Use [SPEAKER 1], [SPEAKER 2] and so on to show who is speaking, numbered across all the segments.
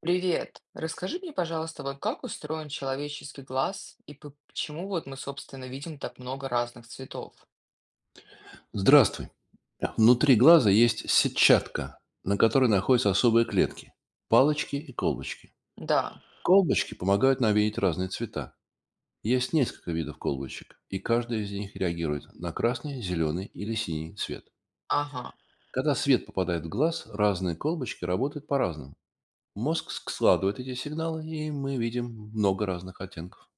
[SPEAKER 1] Привет. Расскажи мне, пожалуйста, вот как устроен человеческий глаз и почему вот мы, собственно, видим так много разных цветов?
[SPEAKER 2] Здравствуй. Внутри глаза есть сетчатка, на которой находятся особые клетки– палочки и колбочки.
[SPEAKER 1] Да,
[SPEAKER 2] Колбочки помогают нам видеть разные цвета. Есть несколько видов колбочек, и каждая из них реагирует на красный, зеленый или синий цвет.
[SPEAKER 1] ага,
[SPEAKER 2] Когда свет попадает в глаз, разные колбочки работают по-разному. Мозг складывает эти сигналы, и мы видим много разных оттенков.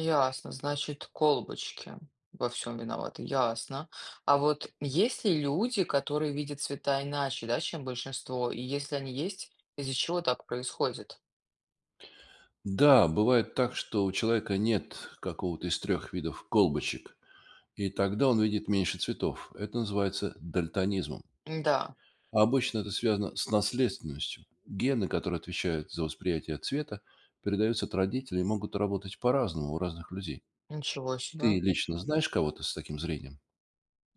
[SPEAKER 1] ясно. Значит, колбочки во всем виноваты, ясно. А вот есть ли люди, которые видят цвета иначе, да, чем большинство? И если они есть, из-за чего так происходит?
[SPEAKER 2] Да, бывает так, что у человека нет какого-то из трех видов колбочек, и тогда он видит меньше цветов. Это называется дальтонизмом.
[SPEAKER 1] Да,
[SPEAKER 2] А обычно это связано с наследственностью. Гены, которые отвечают за восприятие цвета, передаются от родителей и могут работать по-разному у разных людей.
[SPEAKER 1] ничего себе.
[SPEAKER 2] Ты лично знаешь кого-то с таким зрением?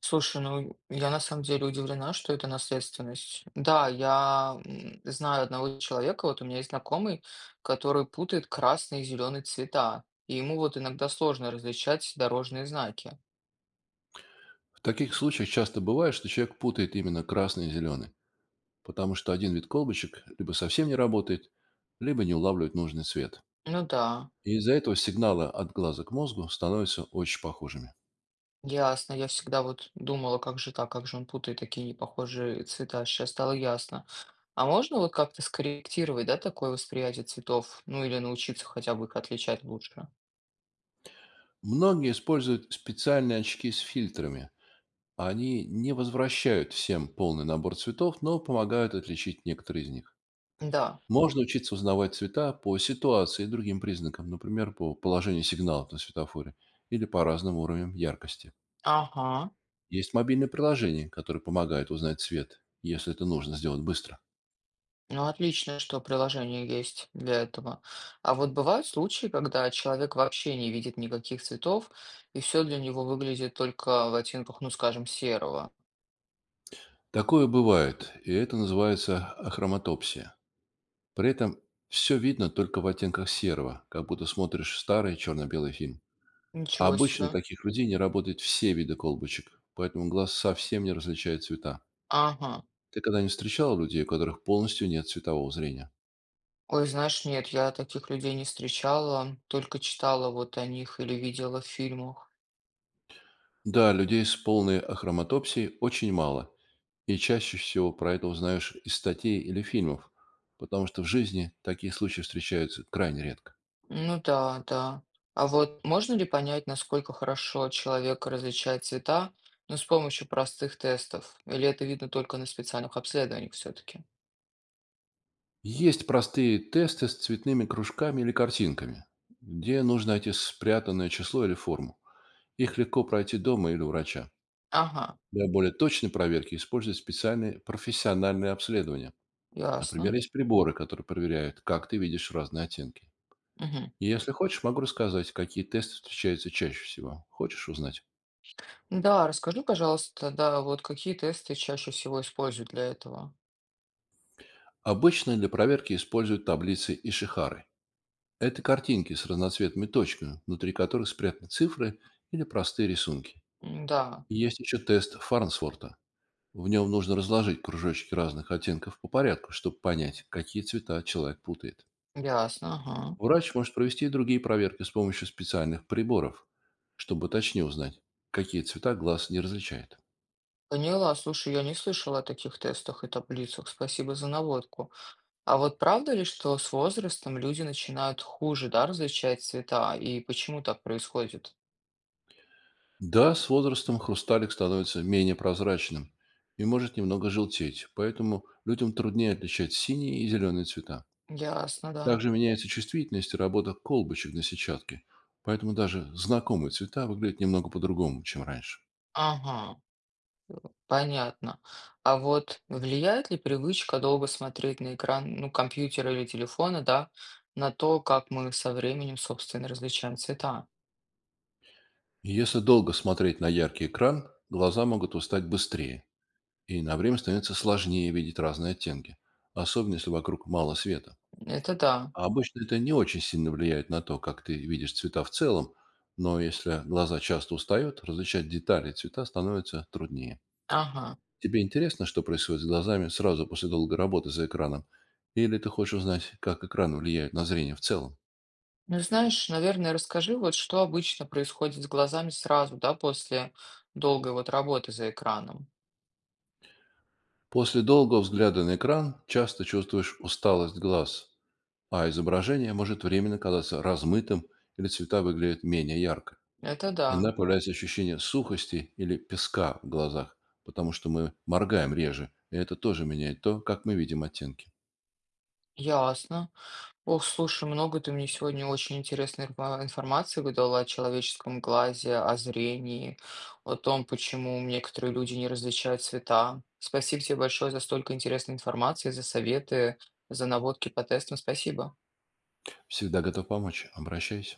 [SPEAKER 1] Слушай, ну я на самом деле удивлена, что это наследственность. Да, знаю одного человека, вот у меня есть знакомый, который путает красный и зеленый цвета, и ему вот иногда сложно различать дорожные знаки.
[SPEAKER 2] В таких случаях часто бывает, что человек путает именно красный и зеленый, потому что один вид колбочек либо совсем не работает, либо не улавливает нужный цвет.
[SPEAKER 1] Ну да,
[SPEAKER 2] И из-за этого сигналы от глаза к мозгу становятся очень похожими.
[SPEAKER 1] ясно. Я всегда вот думала, как же так, как же он путает такие непохожие цвета. Сейчас стало ясно. А можно вот как-то скорректировать, да, такое восприятие цветов? Ну или научиться хотя бы их отличать лучше?
[SPEAKER 2] Многие используют специальные очки с фильтрами. Они не возвращают всем полный набор цветов, но помогают отличить некоторые из них.
[SPEAKER 1] Да.
[SPEAKER 2] Можно учиться узнавать цвета по ситуации и другим признакам, например, по положению сигналов на светофоре или по разным уровням яркости.
[SPEAKER 1] Ага.
[SPEAKER 2] Есть мобильные приложения, которые помогают узнать цвет, если это нужно сделать быстро.
[SPEAKER 1] Ну, отлично, что приложение есть для этого. А вот бывают случаи, когда человек вообще не видит никаких цветов, и все для него выглядит только в оттенках, ну, скажем, серого.
[SPEAKER 2] Такое бывает, и это называется ахроматопсия. При этом все видно только в оттенках серого, как будто смотришь старый черно-белый фильм. А
[SPEAKER 1] Ничего
[SPEAKER 2] обычно у
[SPEAKER 1] себе.
[SPEAKER 2] таких людей не работают все виды колбочек, поэтому глаз совсем не различает цвета.
[SPEAKER 1] Ага.
[SPEAKER 2] Ты когда-нибудь встречал людей, у которых полностью нет цветового зрения?
[SPEAKER 1] Ой, знаешь, нет, я таких людей не встречала, только читала вот о них или видела в фильмах.
[SPEAKER 2] Да, людей с полной ахроматопсией очень мало, и чаще всего про это узнаешь из статей или фильмов, потому что в жизни такие случаи встречаются крайне редко.
[SPEAKER 1] Ну да, да. А вот можно ли понять, насколько хорошо человек различает цвета, ну, с помощью простых тестов? Или это видно только на специальных обследованиях все-таки?
[SPEAKER 2] Есть простые тесты с цветными кружками или картинками, где нужно найти спрятанное число или форму. Их легко пройти дома или у врача.
[SPEAKER 1] Ага.
[SPEAKER 2] Для более точной проверки используют специальные профессиональные обследования. Например,
[SPEAKER 1] Ясно.
[SPEAKER 2] есть приборы, которые проверяют, как ты видишь разные оттенки.
[SPEAKER 1] Мгм.
[SPEAKER 2] И если хочешь, могу рассказать, какие тесты встречаются чаще всего. Хочешь узнать?
[SPEAKER 1] Да, расскажи, пожалуйста, да, вот какие тесты чаще всего используют для этого?
[SPEAKER 2] Обычно для проверки используют таблицы Ишихары. Это картинки с разноцветными точками, внутри которых спрятаны цифры или простые рисунки.
[SPEAKER 1] М, да,
[SPEAKER 2] И есть еще тест Фарнсворта. В нем нужно разложить кружочки разных оттенков по порядку, чтобы понять, какие цвета человек путает.
[SPEAKER 1] ясно, ага.
[SPEAKER 2] Врач может провести и другие проверки с помощью специальных приборов, чтобы точнее узнать, какие цвета глаз не различает.
[SPEAKER 1] Поняла, слушай, я не слышала о таких тестах и таблицах, спасибо за наводку. А вот правда ли, что с возрастом люди начинают хуже, да, различать цвета, и почему так происходит?
[SPEAKER 2] Да, с возрастом хрусталик становится менее прозрачным и может немного желтеть, поэтому людям труднее отличать синие и зеленые цвета.
[SPEAKER 1] Ясно, да.
[SPEAKER 2] Также меняется чувствительность и работа колбочек на сетчатке, поэтому даже знакомые цвета выглядят немного по-другому, чем раньше.
[SPEAKER 1] Ага. Понятно. А вот влияет ли привычка долго смотреть на экран, ну, компьютера или телефона, да, на то, как мы со временем, собственно, различаем цвета?
[SPEAKER 2] Если долго смотреть на яркий экран, глаза могут устать быстрее, и на время становится сложнее видеть разные оттенки, особенно если вокруг мало света.
[SPEAKER 1] Это да.
[SPEAKER 2] А обычно это не очень сильно влияет на то, как ты видишь цвета в целом, но если глаза часто устают, различать детали и цвета становится труднее.
[SPEAKER 1] Ага.
[SPEAKER 2] Тебе интересно, что происходит с глазами сразу после долгой работы за экраном? Или ты хочешь узнать, как экран влияет на зрение в целом?
[SPEAKER 1] Ну, знаешь, наверное, расскажи, вот что обычно происходит с глазами сразу, да, после долгой вот работы за экраном.
[SPEAKER 2] После долгого взгляда на экран часто чувствуешь усталость глаз, а изображение может временно казаться размытым или цвета выглядят менее ярко.
[SPEAKER 1] Это
[SPEAKER 2] Иногда
[SPEAKER 1] да.
[SPEAKER 2] появляется ощущение сухости или песка в глазах, потому что мы моргаем реже, и это тоже меняет то, как мы видим оттенки.
[SPEAKER 1] Ясно. Ох, слушай, много ты мне сегодня очень интересной информации выдала о человеческом глазе, о зрении, о том, почему некоторые люди не различают цвета. Спасибо тебе большое за столько интересной информации, за советы, за наводки по тестам. Спасибо.
[SPEAKER 2] Всегда готов помочь. Обращайся.